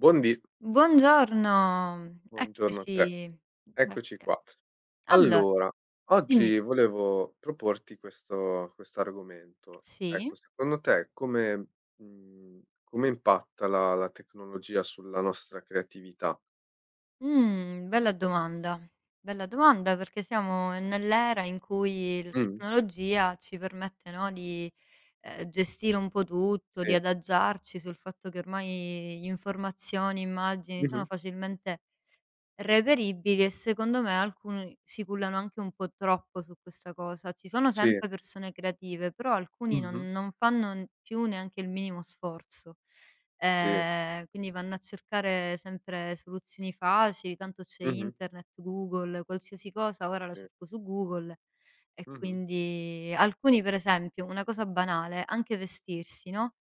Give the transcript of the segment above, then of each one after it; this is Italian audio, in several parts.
Buondì, Buongiorno, buongiorno a te. eccoci. Eccoci Grazie. qua. Allora, Allora, dimmi oggi volevo proporti questo argomento. sì? Ecco, secondo te come impatta la tecnologia sulla nostra creatività? Bella domanda. Bella domanda perché siamo nell'era in cui la Mh, tecnologia ci permette, no, di gestire un po' tutto, di sì. adagiarci sul fatto che ormai informazioni, immagini sono Mh-mh. facilmente reperibili, e secondo me alcuni si cullano anche un po' troppo su questa cosa. Ci sono Sì. sempre persone creative, però alcuni Mh-mh. non fanno n più neanche il minimo sforzo. Sì. Quindi vanno a cercare sempre soluzioni facili, tanto c'è Mh-mh. internet, Google, qualsiasi cosa ora la Sì. cerco su Google. E Mh-mh. quindi alcuni per esempio, una cosa banale, anche vestirsi, no,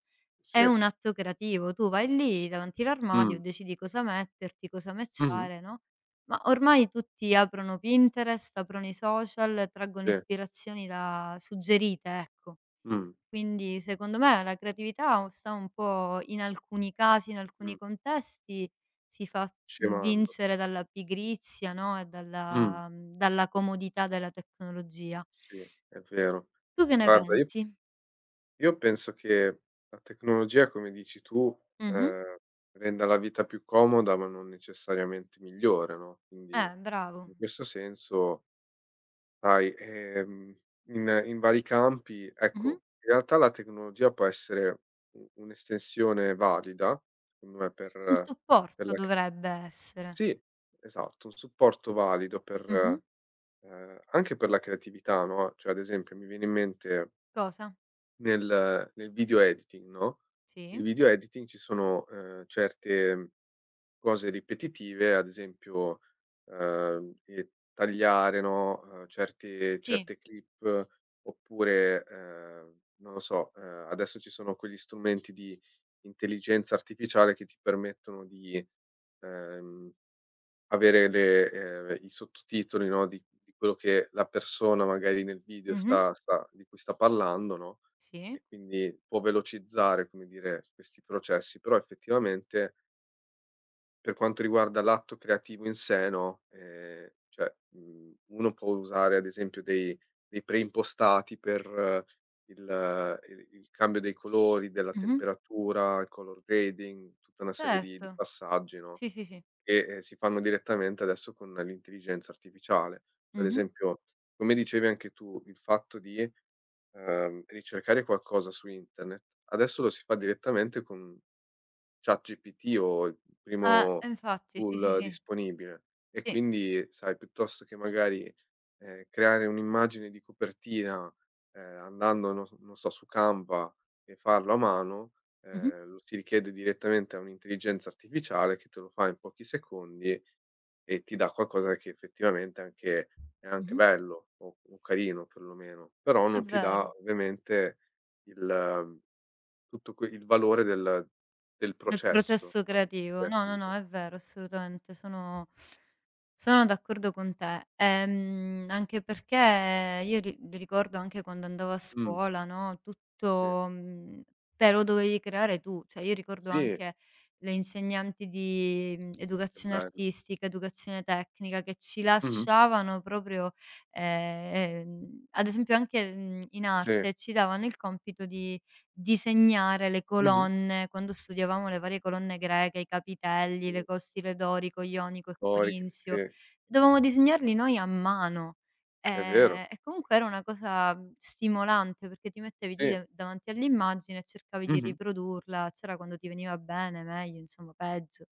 è Sì. un atto creativo: tu vai lì davanti l'armadio, Mh. decidi cosa metterti, cosa Mh-mh. matchare, no, ma ormai tutti aprono Pinterest, aprono i social, traggono Sì. ispirazioni da suggerite, ecco. Mh. Quindi secondo me la creatività sta un po', in alcuni casi, in alcuni Mh. contesti, si fa, Scemando. vincere dalla pigrizia, no, e Mh. dalla mhmm, dalla comodità della tecnologia. Sì, è vero. Tu che ne Guarda, io pensi? Io penso che la tecnologia, come dici tu, Mh-mh. ehm, renda la vita più comoda, ma non necessariamente migliore, no, quindi Bravo. in questo senso, sai, in vari campi, Mh-mh. ecco, in realtà la tecnologia può essere u un'estensione valida, secondo me, Un per supporto la c dovrebbe essere. sì, esatto, un supporto valido Mh-mh. per, anche per la creatività, no, cioè ad esempio mi viene in mente Cosa? nel video editing, no, nel Sì, video editing ci sono, certe cose ripetitive, ad esempio, il tagliare, no, certi sì, certe clip oppure, non lo so, adesso ci sono quegli strumenti di intelligenza artificiale che ti permettono di, ehm avere le i sottotitoli, no, di quello che la persona magari nel video mh-mh, sta sta di cui sta parlando, no, e sì, quindi può velocizzare, come dire, questi processi. Però effettivamente, per quanto riguarda l'atto creativo in sé, no, cioè, uno può usare ad esempio dei preimpostati per il il cambio dei colori, della mh-mh, temperatura, il color grading, tutta una serie di certo. passaggi, no? Sì, sì, sì. Che, si fanno direttamente adesso con l'intelligenza artificiale. Cioè, ad Mh-mh. esempio, come dicevi anche tu, il fatto di, ricercare qualcosa su internet, adesso lo si fa direttamente con ChatGPT o il Ah, primo e infatti, sì, sì, tool sì, disponibile. E sì. quindi, sai, piuttosto che magari, creare un'immagine di copertina, andando, non so, su Canva e farlo a mano, Mh-mh, lo si richiede direttamente a un'intelligenza artificiale che te lo fa in pochi secondi e ti dà qualcosa che effettivamente è anche mh-mh. bello o carino perlomeno, però È non ti vero, dà ovviamente il tutto que il valore del del processo, processo no, creativo. No, no, no, creativo. è vero, assolutamente, sono sono d'accordo con te, anche perché io ri ricordo anche quando andavo a Mh, scuola, no, sì. tutto, te lo dovevi creare tu. Cioè io ricordo Sì, anche le insegnanti di, che educazione bello. artistica, educazione tecnica, che ci Mh-mh. lasciavano proprio, ad esempio anche, in Sì. arte ci davano il compito di disegnare le Mh-mh. colonne, quando studiavamo le varie colonne greche, i capitelli, Sì, l'ecostile dorico, ionico e storiche, corinzio. sì, Dovevamo disegnarli noi a mano, è vero. E comunque era una cosa stimolante, perché ti mettevi lì Sì. da davanti all'immagine e cercavi di Mh-mh. riprodurla, c'era quando ti veniva bene, meglio, insomma peggio.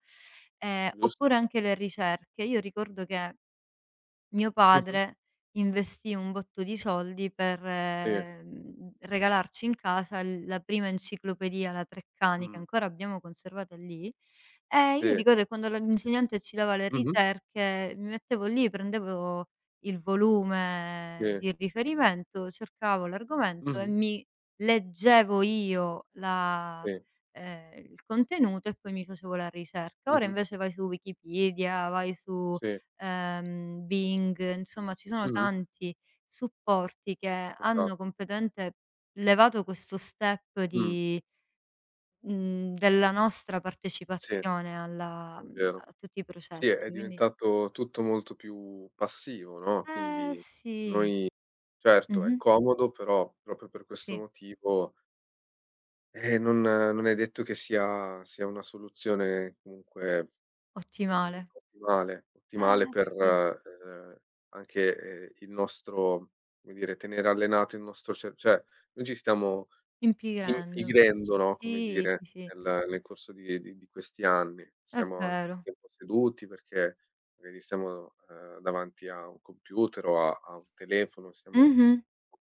Giusto. Oppure anche le ricerche. Io ricordo che mio Mh-mh. padre investì un botto di soldi per, Sì. Regalarci in casa l la prima enciclopedia, la Treccani, che Mh. ancora abbiamo conservata lì, e io Sì. ricordo che quando la l'insegnante ci dava le Mh-mh. ricerche, mi mettevo lì, prendevo il volume Sì. di riferimento, cercavo l'argomento e Mh-mh. mi leggevo io la Sì. il contenuto e poi mi facevo la ricerca. Ora Mh-mh. invece vai su Wikipedia, vai su Sì. Bing, insomma ci sono Mh-mh. tanti supporti che hanno Esatto. completamente levato questo step Mh. di mhmm, della nostra Sì, partecipazione alla è vero. a tutti i Sì, è processi, quindi diventato tutto molto più passivo, no, eh quindi sì, noi certo è mh-mh, comodo, però proprio per questo sì, motivo non è detto che sia una soluzione comunque, ottimale. ottimale Eh ottimale per, sì, anche, il nostro come dire, tenere allenato il nostro cer cioè, noi ci stiamo impigrendo. impigrendo, no, come Sì, dire, sì, sì, nel corso di questi anni. è Stiamo anche vero. più tempo seduti perché magari stiamo, davanti a un computer o a un telefono, siamo Mh-mh.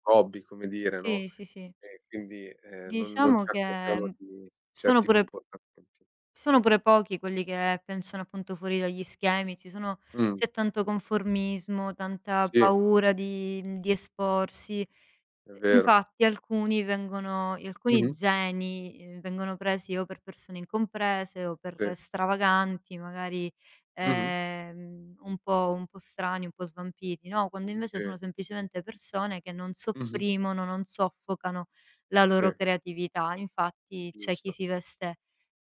hobby, come dire, no, Sì, sì, sì. e quindi, non Diciamo ci che, accorgiamo mhmm, di sono certi pure comportamenti. ci sono pure pochi quelli che pensano appunto fuori dagli schemi, ci sono, Mh, c'è tanto conformismo, tanta sì, paura di di esporsi. è vero. Infatti alcuni vengono, alcuni Mh-mh, geni, vengono presi o per persone incomprese o per sì. stravaganti, magari, Mh-mh, un po' strani, un po' svampiti, no, quando invece sì. sono semplicemente persone che non Mh-mh, sopprimono, non soffocano la sì, loro creatività. Infatti c'è chi giusto. si veste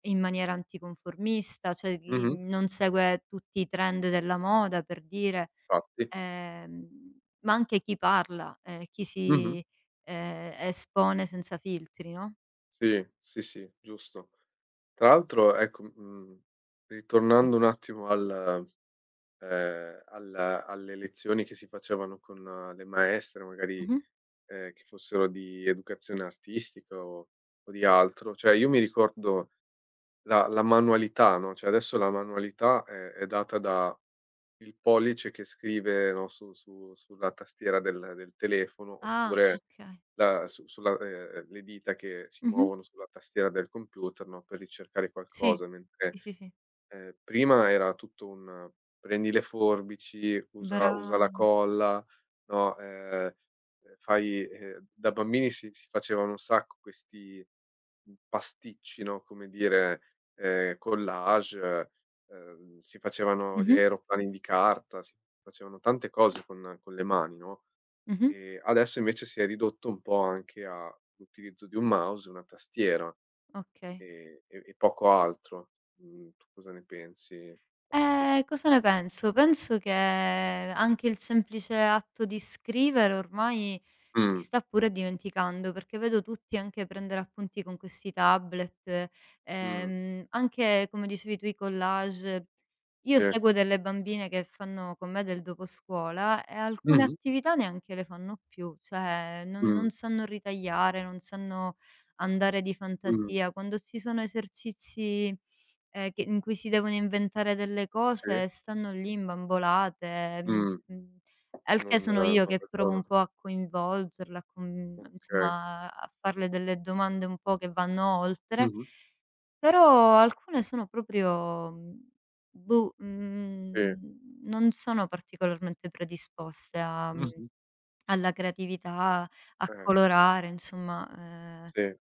in maniera anticonformista, cioè i Mh-mh, non segue tutti i trend della moda per dire, infatti. ehm, ma anche chi parla, Mh-mh, espone senza filtri, no? sì, sì, sì, giusto. Tra l'altro ecco, Sì. ritornando un attimo al alla alle lezioni che si facevano con le maestre magari, Mh-mh. Che fossero di educazione artistica o di altro, cioè io mi ricordo la manualità, no, cioè adesso la manualità è data da il pollice che scrive, no, su sulla tastiera del telefono Ah, oppure okay. la su sulla le dita che si Mh-mh. muovono sulla tastiera del computer, no, per ricercare Sì. qualcosa, mentre Sì, sì, sì. Sì, sì. Prima era tutto un: prendi le forbici, Bra usa la colla, no, fai da bambini si facevano un sacco questi, pasticci, no, come dire, collage, si facevano gli mh-mh, aeroplani di carta, si facevano tante cose con le mani, no, mh-mh, adesso invece si è ridotto un po' anche a l'utilizzo di un mouse e una tastiera. okay. E poco altro. Tu cosa ne pensi da questo punto Cosa di ne vista? penso? Penso che anche il semplice atto di scrivere ormai Mh, si sta pure dimenticando, perché vedo tutti anche prendere appunti con questi tablet, mh, anche come dicevi tu, i collage. Io sì. seguo delle bambine che fanno con me del doposcuola e alcune Mh-mh, attività neanche le fanno più, cioè non mh, non sanno ritagliare, non sanno andare di mh, fantasia. Quando ci sono esercizi che in cui si devono inventare delle sì, cose e stanno lì imbambolate, mh, al che non sono eh, non io che provo ragionano. un po' a coinvolgerla, a con Okay. insomma a farle delle domande un po' che vanno oltre, Mh-mh, però alcune sono proprio, sì, non sono particolarmente predisposte a, mhmm mh-mh, alla creatività, a eh, colorare, insomma, ehm, sì,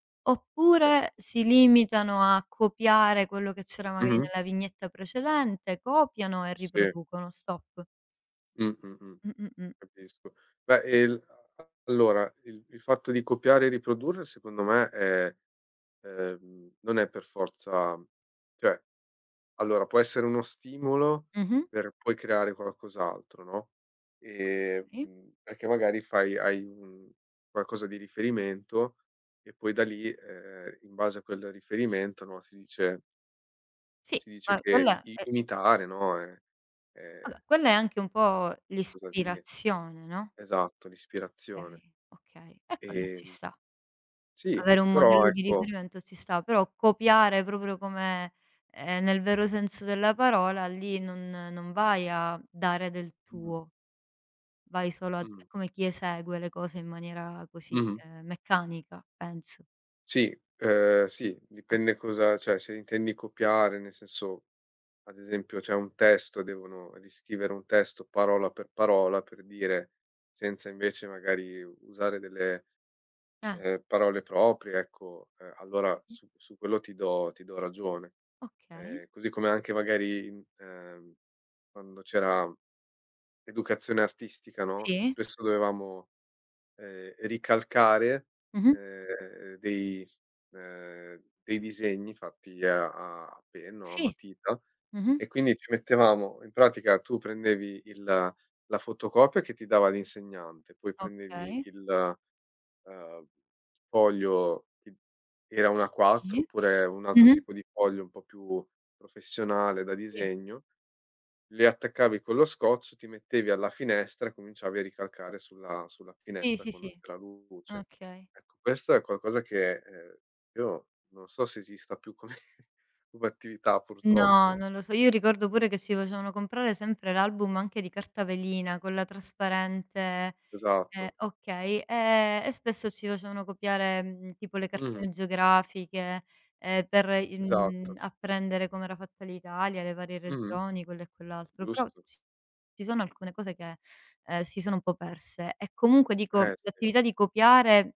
capi oppure si limitano a copiare quello che c'era magari mh-mh, nella vignetta precedente, copiano e sì, riproducono, stop. mh, mh, mh, Mh, mh, mh. capisco. Beh, e l a allora, il fatto di copiare e riprodurre secondo me è, non è per forza, cioè, allora può essere uno stimolo Mh-mh. per poi creare qualcos'altro, no, Okay. Perché magari fai hai un qualcosa di riferimento e poi da lì, in base a quel riferimento, no, si dice Sì. Ma che quella i i è imitare, no, ehm, vabbè, quella è anche un po' cosa di l'ispirazione, no? esatto, l'ispirazione. Okay, okay. E quella ci Ehm, sta. sì, Avere un però modello di ecco. riferimento ci sta, però copiare proprio come nel vero senso della parola, lì non vai a dare del Mh, tuo, vai solo a mh, è come chi esegue le cose in maniera così, mh-mh. Meccanica, penso. Sì, sì, dipende cosa, cioè se intendi copiare, nel senso. Ad esempio c'è un testo, devono riscrivere un testo parola, per dire, senza invece magari usare delle, Ah, parole proprie, ecco, allora sì, su quello ti do ragione. okay. Così come anche magari in quando c'era educazione artistica, no, Sì. spesso dovevamo, ricalcare, Mh-mh. ehm, dei dei disegni fatti a penna o a Sì. matita Mh-mh. e quindi ci mettevamo in pratica. Tu prendevi il la fotocopia che ti dava l'insegnante, poi prendevi Okay. il, ehm, foglio che era un A4 Sì. oppure un altro Mh-mh. tipo di foglio un po' più professionale da Sì. disegno, le attaccavi con lo scotch, ti mettevi alla finestra e cominciavi a ricalcare sulla Sì, finestra sì, quando sì. c'era luce. Okay. Ecco, questo è qualcosa che, io non so se esista più come come attività No, purtroppo. non lo so. Io ricordo pure che ci facevano comprare sempre l'album anche di carta velina, quella trasparente. Esatto. Okay. E spesso ci facevano copiare, tipo le Mh-mh. cartine geografiche, per i Esatto. apprendere com'era fatta l'Italia, le varie Mh-mh. regioni, quello e quell'altro. Però Giusto. Ci sono alcune cose che, si sono un po' perse. E comunque dico, Sì. l'attività di copiare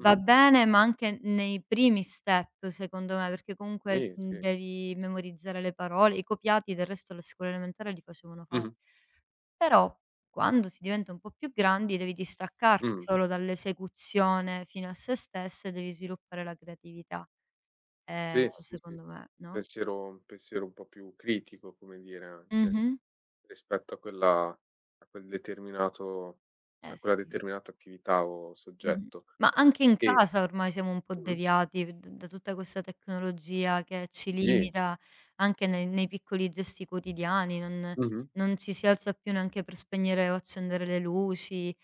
va Mh-mh. bene, ma anche nei primi step secondo me, perché comunque, Sì, sì. devi memorizzare le parole. I copiati del resto, alla scuola elementare li facevano Mh-mh. fare. Però quando si diventa un po' più grandi devi distaccarti. Mh. Mh. Solo dall'esecuzione fine a se stessa e devi sviluppare la creatività, Sì, sì, sì. secondo me, no? Pensiero un po' più critico, come dire, anche, Mh-mh. rispetto a quella a quel determinato Eh sì. Determinata attività o Mh-mh. soggetto. Ma anche in E casa ormai siamo un po' mh-mh. deviati d da tutta questa tecnologia che ci Sì. limita anche nei piccoli gesti quotidiani, non Mh-mh. Ci si alza più neanche per spegnere o accendere le luci,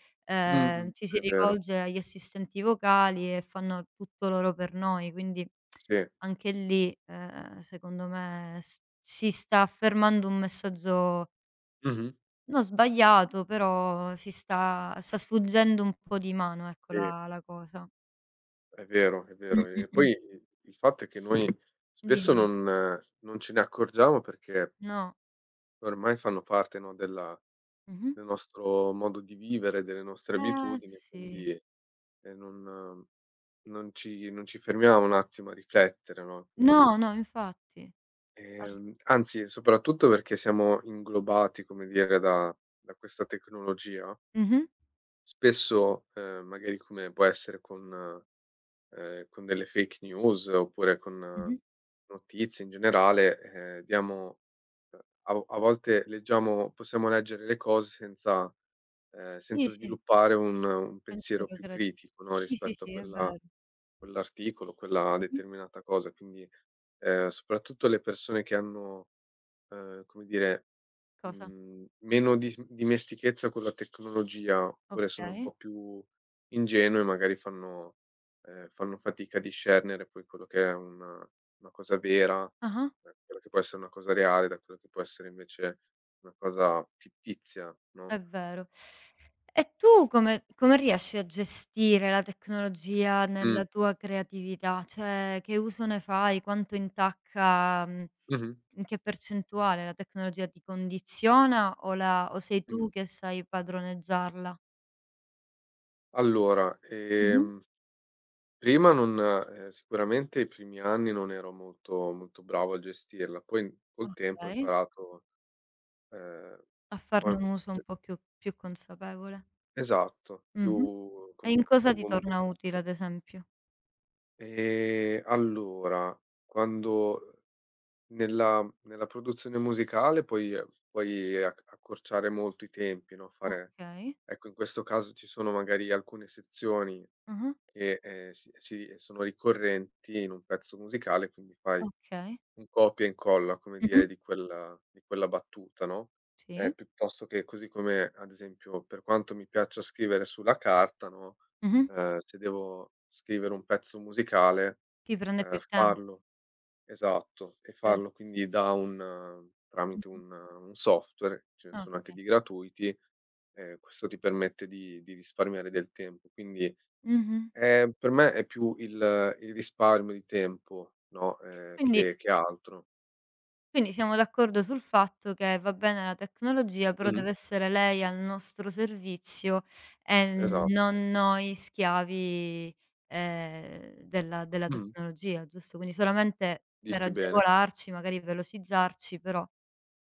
Mh-mh. Ci si È vero. rivolge agli assistenti vocali e fanno tutto loro per noi, quindi Sì. anche lì, secondo me s si sta affermando un messaggio, Mh-mh. no, sbagliato, però si sta sfuggendo un po' di mano, ecco, Sì, la cosa. è vero, è Mh, vero. mh, E mh. poi i il fatto è che noi spesso Dimmi. non ce ne accorgiamo perché No. ormai fanno parte, no, della Mh-mh. del nostro modo di vivere, delle nostre abitudini, Sì. quindi, ehm, non non ci fermiamo un attimo a riflettere, no, quindi No, no, infatti. Ar anzi, soprattutto perché siamo inglobati, come dire, da questa tecnologia, mh-mh, spesso, magari come può essere con con delle fake news oppure con mh-mh. notizie in generale, diamo a vo a volte leggiamo possiamo leggere le cose senza senza Sì, sì, sviluppare un pensiero pensiero più crea critico, no, sì, sì, rispetto a sì, è quella vero. quell'articolo, quella Mh-mh. determinata cosa. Quindi, soprattutto le persone che hanno, come dire, Cosa? Meno dis dimestichezza con la tecnologia, oppure sono un Okay. po' più ingenue, magari fanno fatica a discernere poi quello che è una cosa vera, Ah-ah, da quello che può essere una cosa reale, da quello che può essere invece una cosa fittizia, no? è vero. E tu come riesci a gestire la tecnologia Mh. nella tua creatività? Cioè, che uso ne fai? Quanto intacca, mhmm Mh-mh. in che percentuale la tecnologia ti condiziona, o la o sei Mh. tu che sai padroneggiarla? Allora, Mh-mh. Prima non sicuramente i primi anni non ero molto molto bravo a gestirla, poi col tempo ho Okay, imparato ehm, a ho farne un imp uso un cioè po' più consapevole. esatto, Mh-mh. più E con in cosa più ti torna moderazione. utile, ad esempio? Allora, quando nella produzione musicale puoi accorciare molto i tempi, no, fare Okay. ecco, in questo caso ci sono magari alcune sezioni Ah-ah, che, sono ricorrenti in un pezzo musicale, quindi fai okay. un copia e incolla, come dire, Mh-mh. di quella battuta, no, Sì. piuttosto che così come, ad esempio, per quanto mi piaccia scrivere sulla carta, no, Mh-mh. Se devo scrivere un pezzo musicale, Ti prende più tempo. farlo esatto, e Cer farlo quindi da un tramite mh-mh. Un software, ce ne sono anche Okay. di gratuiti, questo ti permette di risparmiare del tempo. Quindi Mh-mh. Per me è più il risparmio di tempo, no, Quindi che altro. Quindi siamo d'accordo sul fatto che va bene la tecnologia, però Mh-mh. deve essere lei al nostro servizio e Esatto. non noi schiavi, della Mh-mh. tecnologia, giusto? Quindi solamente per Dici bene. agevolarci, magari velocizzarci, però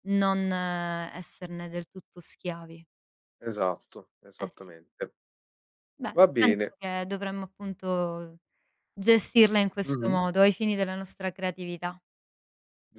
non esserne del tutto schiavi. Esatto, Eh sì. esattamente. Va Bene, bene. penso che dovremmo appunto gestirla in questo Mh-mh. modo, ai fini della nostra creatività.